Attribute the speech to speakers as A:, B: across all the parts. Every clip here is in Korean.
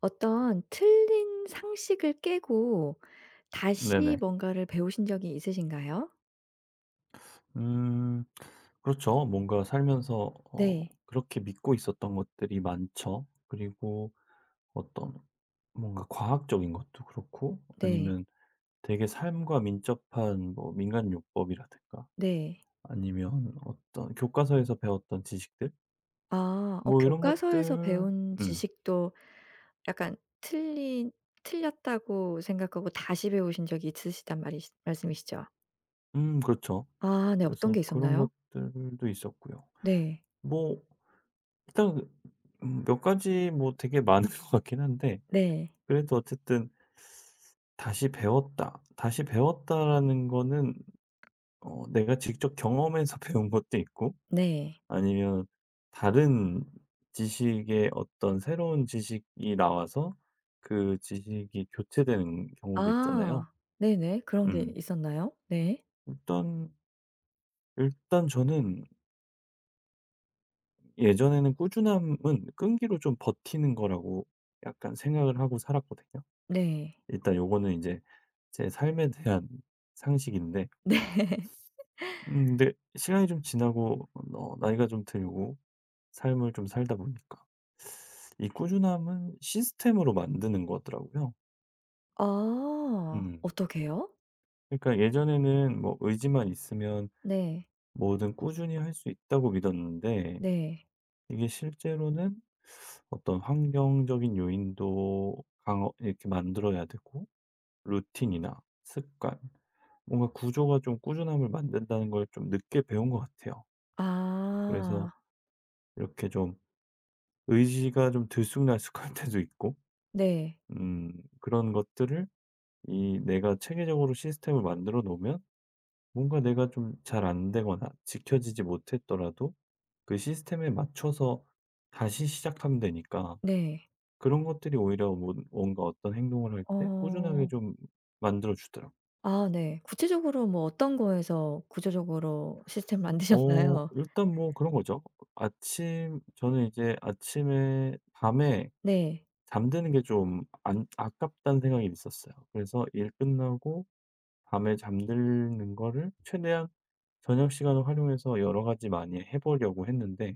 A: 어떤 틀린 상식을 깨고 다시
B: 네네.
A: 뭔가를 배우신 적이 있으신가요?
B: 음. 그렇죠. 뭔가 살면서 어
A: 네.
B: 그렇게 믿고 있었던 것들이 많죠. 그리고 어떤 뭔가 과학적인 것도 그렇고,
A: 네.
B: 아니면 되게 삶과 민첩한 뭐 민간요법이라든가,
A: 네.
B: 아니면 어떤 교과서에서 배웠던 지식들
A: 아. 어
B: 뭐 이런
A: 교과서에서
B: 것들.
A: 배운
B: 음.
A: 지식도 약간 틀린 틀렸다고 생각하고 다시 배우신 적이 있으시단 말이시 말씀이시죠?
B: 그렇죠.
A: 아 네. 어떤
B: 그래서
A: 게
B: 그런
A: 있었나요?
B: 것들도 있었고요.
A: 네.
B: 뭐 일단 몇 가지 뭐 되게 많은 것 같긴 한데,
A: 네.
B: 그래도 어쨌든 다시 배웠다. 다시 배웠다라는 거는 내가 직접 경험해서 배운 것도 있고,
A: 네.
B: 아니면 다른 지식의 어떤 새로운 지식이 나와서 그 지식이 교체되는 경우도 있잖아요.
A: 아. 네네. 그런 게
B: 음.
A: 있었나요? 네.
B: 일단 일단 저는 예전에는 꾸준함은 끈기로 좀 버티는 거라고 약간 생각을 하고 살았거든요.
A: 네.
B: 일단 요거는 이제 제 삶에 대한 상식인데.
A: 네.
B: 근데 시간이 좀 지나고 나이가 좀 들고 삶을 좀 살다 보니까 이 꾸준함은 시스템으로 만드는 것 같더라고요.
A: 아.
B: 음.
A: 어떻게요?
B: 그러니까 예전에는 뭐 의지만 있으면
A: 네.
B: 뭐든 꾸준히 할 수 있다고 믿었는데,
A: 네.
B: 이게 실제로는 어떤 환경적인 요인도 강화 이렇게 만들어야 되고, 루틴이나 습관, 뭔가 구조가 좀 꾸준함을 만든다는 걸 좀 늦게 배운 것 같아요. 그래서
A: 아.
B: 이렇게 좀 의지가 좀 들쑥날쑥할 때도 있고,
A: 네.
B: 음 그런 것들을 이 내가 체계적으로 시스템을 만들어 놓으면 뭔가 내가 좀 잘 안 되거나 지켜지지 못했더라도 그 시스템에 맞춰서 다시 시작하면 되니까.
A: 네.
B: 그런 것들이 오히려 뭔 뭔가 어떤 행동을 할 때 꾸준하게
A: 어.
B: 좀 만들어 주더라고.
A: 아 네. 구체적으로 뭐 어떤 거에서 구조적으로 시스템을 만드셨나요?
B: 일단 뭐 그런 거죠. 아침 저는 이제 아침에 밤에
A: 네.
B: 잠드는 게 좀 안 아깝다는 생각이 있었어요. 그래서 일 끝나고 밤에 잠드는 거를 최대한 저녁 시간을 활용해서 여러 가지 많이 해 보려고 했는데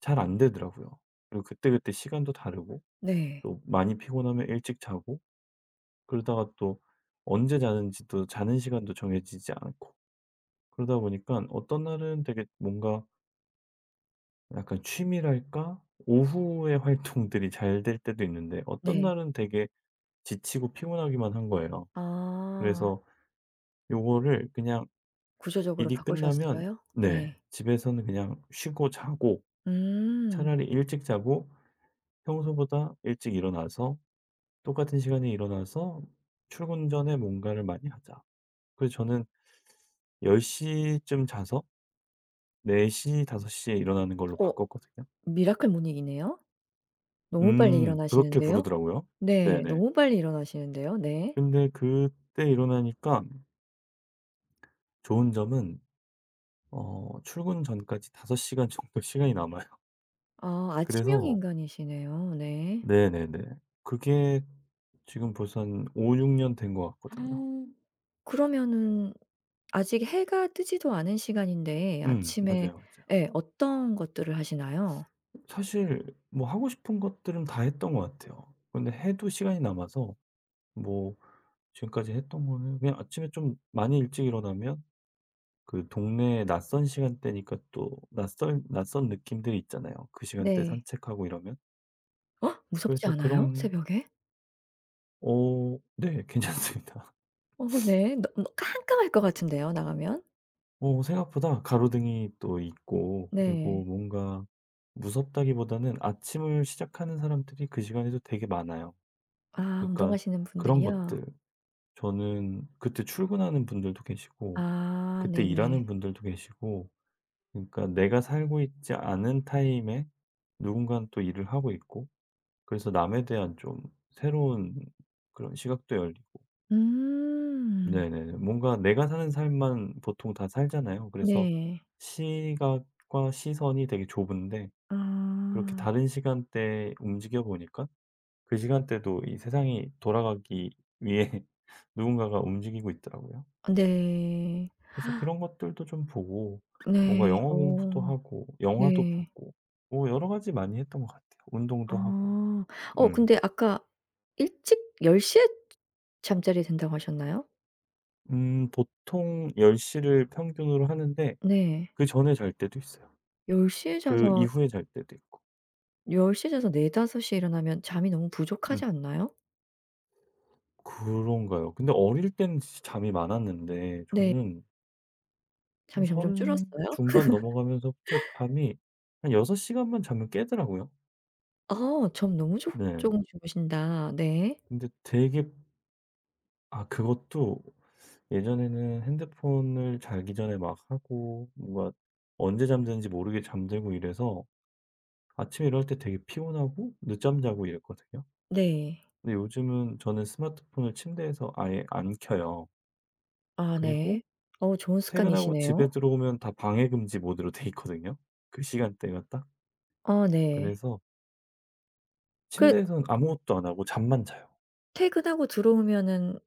B: 잘 안 되더라고요. 그리고 그때그때 시간도 다르고,
A: 네.
B: 또 많이 피곤하면 일찍 자고, 그러다가 또 언제 자는지도 자는 시간도 정해지지 않고. 그러다 보니까 어떤 날은 되게 뭔가 약간 취미랄까? 오후의 활동들이 잘 될 때도 있는데, 어떤
A: 네.
B: 날은 되게 지치고 피곤하기만 한 거예요.
A: 아.
B: 그래서 요거를 그냥
A: 구조적으로
B: 일이 끝나면,
A: 바꾸셨어요?
B: 네,
A: 네.
B: 집에서는 그냥 쉬고 자고,
A: 음.
B: 차라리 일찍 자고 평소보다 일찍 일어나서 똑같은 시간에 일어나서 출근 전에 뭔가를 많이 하자. 그래서 저는 10시쯤 자서 4시5시에 일어나는 걸로
A: 어
B: 바꿨거든요.
A: 미라클 모닝이네요. 너무 빨리
B: 그렇게
A: 일어나시는데요.
B: 부르더라고요.
A: 네.
B: 네네.
A: 너무 빨리 일어나시는데요. 네.
B: 근데 그때 일어나니까 좋은 점은 출근 전까지 5 시간 정도 시간이 남아요.
A: 아 아침형
B: 그래서
A: 인간이시네요. 네.
B: 네네네. 그게 지금 벌써 한 5-6년 된 것 같거든요.
A: 그러면은 아직 해가 뜨지도 않은 시간인데 아침에
B: 맞아요, 맞아요.
A: 예 어떤 것들을 하시나요?
B: 사실 뭐 하고 싶은 것들은 다 했던 것 같아요. 근데 해도 시간이 남아서 뭐 지금까지 했던 거는 그냥 아침에 좀 많이 일찍 일어나면 그 동네에 낯선 시간대니까 또 낯설 낯선 느낌들이 있잖아요, 그 시간대
A: 네.
B: 산책하고 이러면.
A: 어? 무섭지
B: 그래서
A: 않아요?
B: 그런
A: 새벽에?
B: 네, 괜찮습니다.
A: 어 네. 너 깜깜할 것 같은데요, 나가면?
B: 생각보다 가로등이 또 있고, 그리고
A: 네.
B: 뭔가 무섭다기보다는 아침을 시작하는 사람들이 그 시간에도 되게 많아요.
A: 아
B: 그러니까
A: 운동하시는
B: 그런
A: 분들이요?
B: 것들. 저는 그때 출근하는 분들도 계시고
A: 아
B: 그때
A: 네네.
B: 일하는 분들도 계시고, 그러니까 내가 살고 있지 않은 타임에 누군가는 또 일을 하고 있고, 그래서 남에 대한 좀 새로운 그런 시각도 열리고.
A: 음.
B: 네네. 뭔가 내가 사는 삶만 보통 다 살잖아요. 그래서
A: 네.
B: 시각과 시선이 되게 좁은데, 그렇게
A: 아.
B: 다른 시간대에 움직여 보니까 그 시간대도 이 세상이 돌아가기 위해 누군가가 움직이고 있더라고요.
A: 네.
B: 그래서 그런 것들도 좀 보고, 뭔가
A: 네.
B: 영어
A: 어
B: 공부도 하고 영화도
A: 네.
B: 보고 뭐 여러 가지 많이 했던 것 같아요. 운동도 하고.
A: 아. 어
B: 음.
A: 근데 아까 일찍 10 시에 잠자리 든다고 하셨나요?
B: 보통 10 시를 평균으로 하는데
A: 네.
B: 그전에 잘 때도 있어요.
A: 10에
B: 그
A: 자서
B: 이후에 잘 때도 있고.
A: 10에 자서 4, 5시에 일어나면 잠이 너무
B: 음.
A: 부족하지 않나요?
B: 그런가요? 근데 어릴 땐 진짜 잠이 많았는데,
A: 네.
B: 저는 한
A: 잠이 점점
B: 른
A: 줄었어요?
B: 중반 넘어가면서부터 잠이 한 6 시간만 자면 깨더라고요.
A: 아 잠 너무 조
B: 네.
A: 조금 주무신다. 네.
B: 근데 되게, 그것도 예전에는 핸드폰을 자기 전에 막 하고 뭔가 언제 잠드는지 모르게 잠들고 이래서 아침에 일어날 때 되게 피곤하고 늦잠 자고 이랬거든요.
A: 네.
B: 근데 요즘은 저는 스마트폰을 침대에서 아예 안 켜요.
A: 아
B: 그리고
A: 네. 어 좋은
B: 퇴근하고 집에
A: 습관이시네요.
B: 들어오면 다 방해 금지 모드로 돼 있거든요, 그 시간대가 딱.
A: 아 네.
B: 그래서 침
A: 그
B: 대에는 아무것도 안 하고 잠만 자요.
A: 퇴근하고 들어오면은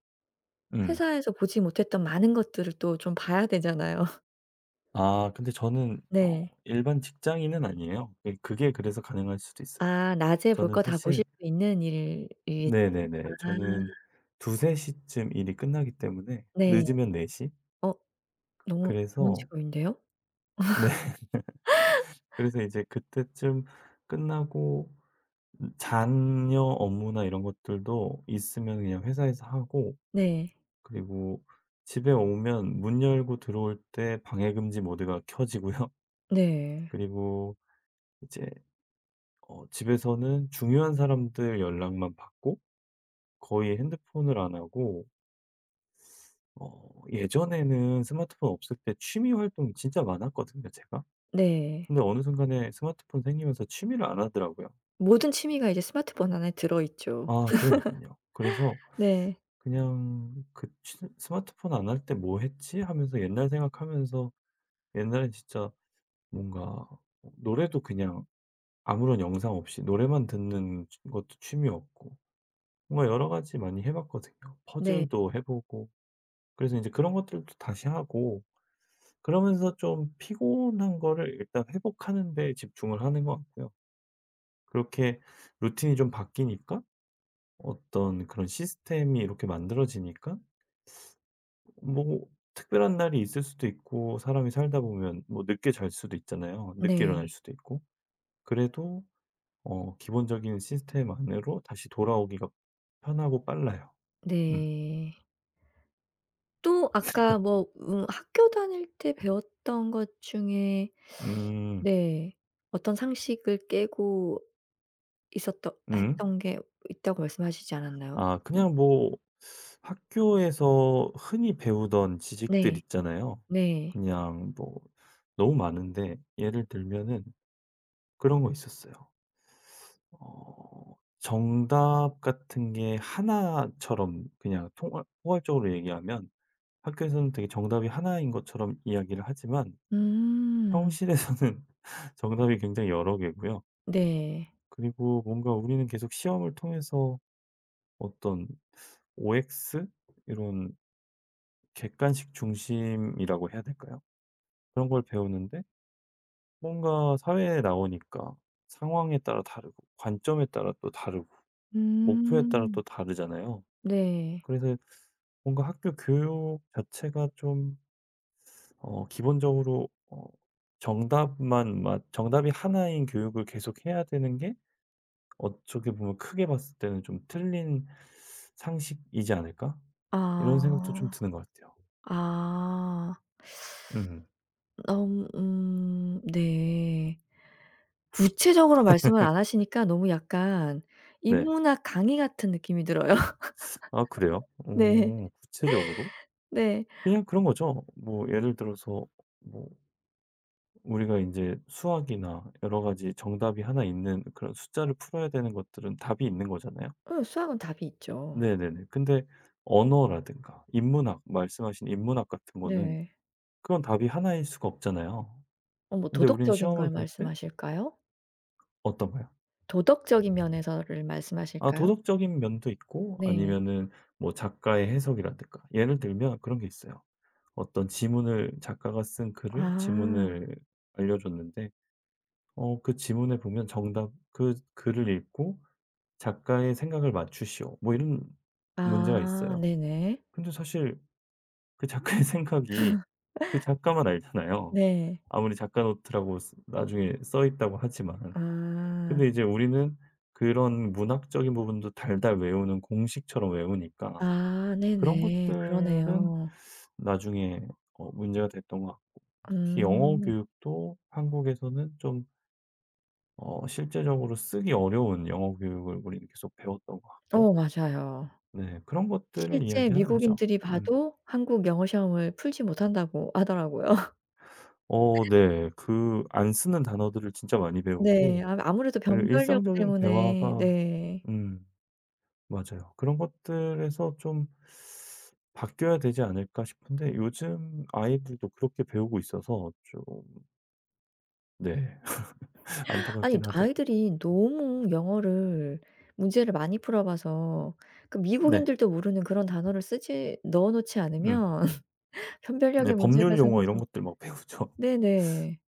B: 음.
A: 회사에서 보지 못했던 많은 것들을 또 좀 봐야 되잖아요.
B: 근데 저는
A: 네.
B: 일반 직장인은 아니에요. 예, 그게 그래서 가능할 수도 있어요.
A: 아 낮에 볼
B: 저는
A: 거 다
B: 사실
A: 보실 수 있는 일이. 아
B: 네네네. 저는 2-3 시쯤 일이 끝나기 때문에,
A: 네.
B: 늦으면 4 시?
A: 어 너무 좋은
B: 그래서
A: 직업인데요?
B: 네. 그래서 이제 그때쯤 끝나고 잔여 업무나 이런 것들도 있으면 그냥 회사에서 하고,
A: 네.
B: 그리고 집에 오면 문 열고 들어올 때 방해금지 모드가 켜지고요.
A: 네.
B: 그리고 이제 집에서는 중요한 사람들 연락만 받고 거의 핸드폰을 안 하고, 예전에는 스마트폰 없을 때 취미 활동이 진짜 많았거든요, 제가.
A: 네.
B: 근데 어느 순간에 스마트폰 생기면서 취미를 안 하더라고요.
A: 모든 취미가 이제 스마트폰 안에 들어 있죠.
B: 아 그러니깐요. 그래서
A: 네.
B: 그냥 그 취 '스마트폰 안 할 때 뭐 했지?' 하면서 옛날 생각하면서, 옛날엔 진짜 뭔가 노래도 그냥 아무런 영상 없이 노래만 듣는 것도 취미였고, 뭔가 여러 가지 많이 해 봤거든요.
A: 네.
B: 퍼즐도 해 보고. 그래서 이제 그런 것들도 다시 하고 그러면서 좀 피곤한 거를 일단 회복하는 데 집중을 하는 것 같고요. 그렇게 루틴이 좀 바뀌니까, 어떤 그런 시스템이 이렇게 만들어지니까, 뭐 특별한 날이 있을 수도 있고 사람이 살다 보면 뭐 늦게 잘 수도 있잖아요. 늦게 일어날
A: 네.
B: 수도 있고. 그래도 기본적인 시스템 안으로 다시 돌아오기가 편하고 빨라요. 음.
A: 네. 또 아까 뭐 학교 다닐 때 배웠던 것 중에
B: 음.
A: 네 어떤 상식을 깨고 있었던
B: 음.
A: 했던 게 있다고 말씀하시지 않았나요?
B: 아
A: 어
B: 그냥 뭐 학교에서 흔히 배우던 지식들
A: 네.
B: 있잖아요.
A: 네.
B: 그냥 뭐 너무 많은데, 예를 들면은 그런 거 있었어요. 정답 같은 게 하나처럼 그냥 통 포괄적으로 얘기하면, 학교에서는 되게 정답이 하나인 것처럼 이야기를 하지만
A: 음.
B: 현실에서는 정답이 굉장히 여러 개고요.
A: 네.
B: 그리고 뭔가 우리는 계속 시험을 통해서 어떤 OX, 이런 객관식 중심이라고 해야 될까요? 그런 걸 배우는데 뭔가 사회에 나오니까 상황에 따라 다르고, 관점에 따라 또 다르고, 목표에 따라 또
A: 음.
B: 다르잖아요.
A: 네.
B: 그래서 뭔가 학교 교육 자체가 좀, 기본적으로 정답이 하나인 교육을 계속 해야 되는 게, 어떻게 보면 크게 봤을 때는 좀 틀린 상식이지 않을까? 이런 생각도 좀
A: 아.
B: 드는 것 같아요.
A: 아.
B: 음.
A: 너무 네. 구체적으로 말씀을 안 하시니까 너무 약간
B: 네.
A: 인문학 강의 같은 느낌이 들어요.
B: 아 그래요?
A: 네.
B: 구체적으로?
A: 네.
B: 그냥 그런 거죠. 뭐 예를 들어서 뭐 우리가 이제 수학이나 여러 가지 정답이 하나 있는 그런 숫자를 풀어야 되는 것들은 답이 있는 거잖아요.
A: 어 수학은 답이 있죠.
B: 네네네. 근데 언어라든가 인문학, 말씀하신 인문학 같은 거는
A: 네.
B: 그건 답이 하나일 수가 없잖아요.
A: 어 뭐
B: 근데 우리는
A: 도덕적인
B: 시험을
A: 걸
B: 볼 때
A: 말씀하실까요?
B: 어떤가요?
A: 도덕적인 면에서를
B: 아
A: 말씀하실까요?
B: 도덕적인 면도 있고,
A: 네.
B: 아니면은 뭐 작가의 해석이라든가. 예를 들면 그런 게 있어요. 어떤 지문을 작가가 쓴 글을
A: 아.
B: 지문을 알려줬는데, 그 지문에 보면 정답, 그 글을 읽고 "작가의 생각을 맞추시오." 뭐 이런 문제가
A: 아
B: 있어요.
A: 네네.
B: 근데 사실 그 작가의 생각이 그 작가만 알잖아요.
A: 네.
B: 아무리 작가 노트라고 쓰 나중에 써 있다고 하지만.
A: 아.
B: 근데 이제 우리는 그런 문학적인 부분도 달달 외우는 공식처럼 외우니까
A: 아
B: 그런
A: 네네.
B: 것들은
A: 그러네요.
B: 나중에 문제가 됐던 것 같고. 특히 영어
A: 음.
B: 교육도 한국에서는 좀 실제적으로 쓰기 어려운 영어 교육을 우리는 계속 배웠던 것 같고,
A: 어 맞아요.
B: 네 그런 것들을
A: 실제
B: 이야기하는 거죠.
A: 미국인들이
B: 음.
A: 봐도 한국 영어 시험을 풀지 못한다고 하더라고요.
B: 네. 그 안 쓰는 단어들을 진짜 많이
A: 네.
B: 배우고,
A: 아 아무래도
B: 그리고
A: 변별력
B: 일상적인
A: 때문에.
B: 대화가
A: 네.
B: 음 맞아요. 그런 것들에서 좀 바뀌어야 되지 않을까 싶은데, 요즘 아이들도 그렇게 배우고 있어서 좀. 네.
A: 아니
B: 안타깝긴 하더군요.
A: 아이들이 너무 영어를 문제를 많이 풀어 봐서 그
B: 네.
A: 미국인들도 모르는 그런 단어를 쓰지 넣어 놓지
B: 음.
A: 않으면
B: 네
A: 변별력에 문제가
B: 법률 용어 이런
A: 생겨서.
B: 것들 막 배우죠.
A: 네네.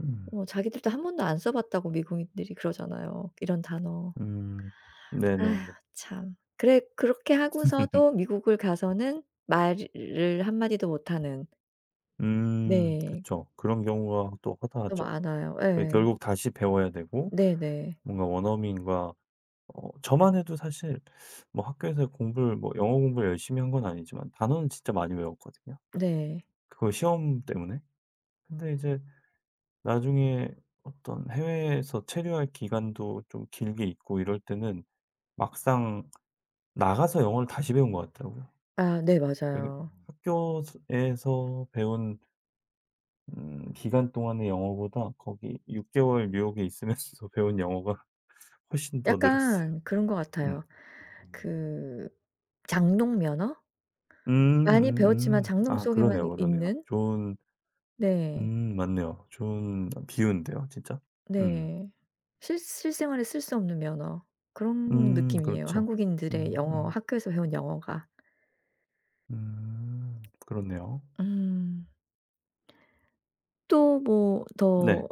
B: 음.
A: 어 자기들도 한 번도 안 써 봤다고 미국인들이 그러잖아요, 이런 단어.
B: 음.
A: 아휴
B: 네네네.
A: 참. 그래 그렇게 하고서도 미국을 가서는 말을 한 마디도 못하는. 네.
B: 그쵸. 그런 경우가 또
A: 또
B: 허다하죠.
A: 많아요.
B: 왜
A: 예.
B: 결국 다시 배워야 되고
A: 네네.
B: 뭔가 원어민과, 저만 해도 사실 뭐 학교에서 공부를, 뭐 영어 공부를 열심히 한 건 아니지만 단어는 진짜 많이 외웠거든요,
A: 네.
B: 그거 시험 때문에. 근데 이제 나중에 어떤 해외에서 체류할 기간도 좀 길게 있고 이럴 때는 막상 나가서 영어를 다시 배운 것 같더라고요.
A: 아 네
B: 그게
A: 맞아요.
B: 학교에서 배운 기간 동안의 영어보다 거기 6 개월 뉴욕에 있으면서 배운 영어가 훨씬 더 늘었어요.
A: 약간 그런 것
B: 음.
A: 같아요. 그 장롱 면허? 많이 배웠지만 장롱
B: 아
A: 속에만
B: 그러네요,
A: 이
B: 그러네요.
A: 있는?
B: 좋은.
A: 네.
B: 맞네요. 좋은 비유인데요, 진짜. 음.
A: 네. 실 실생활에 쓸 수 없는 면허. 그런 느낌이에요.
B: 그렇죠.
A: 한국인들의
B: 음
A: 영어,
B: 음.
A: 학교에서 배운 영어가.
B: 음. 그렇네요.
A: 음. 또 뭐
B: 네.
A: 더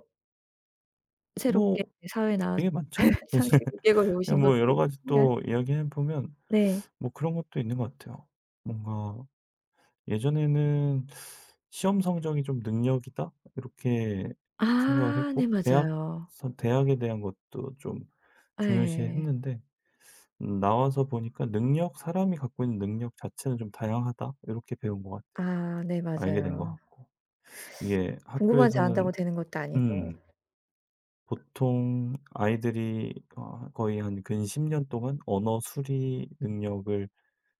B: 뭐
A: 새롭게 사회에 나와서
B: 되게 많죠?
A: 상식을 깨고
B: 그냥
A: 배우신 것도
B: 뭐 여러 가지
A: 있으신가요?
B: 또 이야기해 보면
A: 네.
B: 뭐 그런 것도 있는 것 같아요. 뭔가 예전에는 '시험 성적이 좀 능력이다.' 이렇게 생각을
A: 아 네
B: 했고 대학,
A: 맞아요.
B: 선 대학에 대한 것도 좀
A: 예.
B: 중요시했는데 나와서 보니까 '능력, 사람이 갖고 있는 능력 자체는 좀 다양하다.' 이렇게 배운 것 같아요.
A: 아 네
B: 알게 된 것
A: 맞아요.
B: 같고. 이게
A: 공부만
B: 학교에서는,
A: 잘한다고 되는 것도 아니고.
B: 음 보통 아이들이 거의 한 근 10년 동안 언어 수리 능력을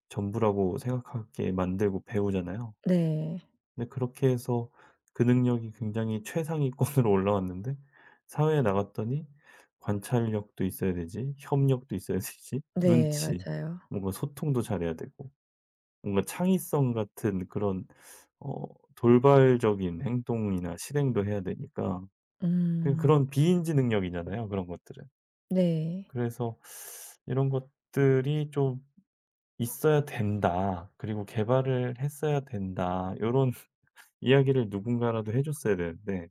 B: 전부라고 생각하게 만들고 배우잖아요.
A: 네.
B: 근데 그렇게 해서 그 능력이 굉장히 최상위권으로 올라왔는데 사회에 나갔더니 관찰력도 있어야 되지, 협력도 있어야 되지,
A: 네
B: 눈치,
A: 맞아요.
B: 뭔가 소통도 잘해야 되고, 뭔가 창의성 같은 그런 어 돌발적인 행동이나 실행도 해야 되니까. 그
A: 음
B: 런 비인지 능력이잖아요, 그런 것들은.
A: 네.
B: 그래서 이런 것들이 좀 '있어야 된다. 그리고 개발을 했어야 된다.' 이런 이야기를 누군가라도 해 줬어야 되는데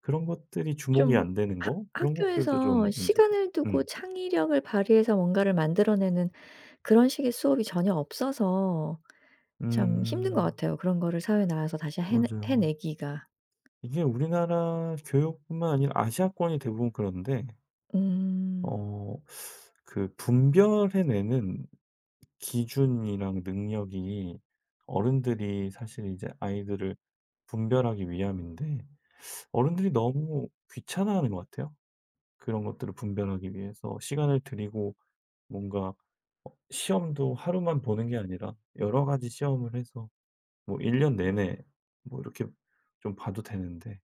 B: 그런 것들이 주목이
A: 좀
B: 안 되는
A: 학
B: 거, 그런 것들도
A: 학교에서
B: 좀 문제죠.
A: 시간을 두고
B: 음.
A: 창의력을 발휘해서 뭔가를 만들어내는 그런 식의 수업이 전혀 없어서 참 힘든 것
B: 음.
A: 같아요, 그런 거를 사회에 나와서 다시 해내
B: 맞아요.
A: 해내기가.
B: 이게 우리나라 교육뿐만 아니라 아시아권이 대부분 그런데,
A: 음
B: 어 그 분별해 내는 기준이랑 능력이, 어른들이 사실 이제 아이들을 분별하기 위함인데 어른들이 너무 귀찮아하는 것 같아요. 그런 것들을 분별하기 위해서 시간을 들이고 뭔가, 시험도 하루만 보는 게 아니라 여러 가지 시험을 해서 뭐 1년 내내 뭐 이렇게 좀 봐도 되는데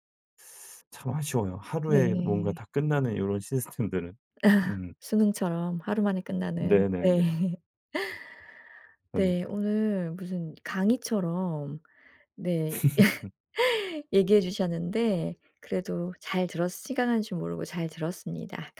B: 참 아쉬워요. 하루에 뭔가
A: 네.
B: 다 끝나는 요런 시스템들은. 음.
A: 수능처럼 하루 만에 끝나는. 네.
B: 네네네.
A: 네.
B: 그러니깐요.
A: 오늘 무슨 강의처럼 네 얘기해 주셨는데 그래도 잘 들었 시간 가는 줄 모르고 잘 들었습니다.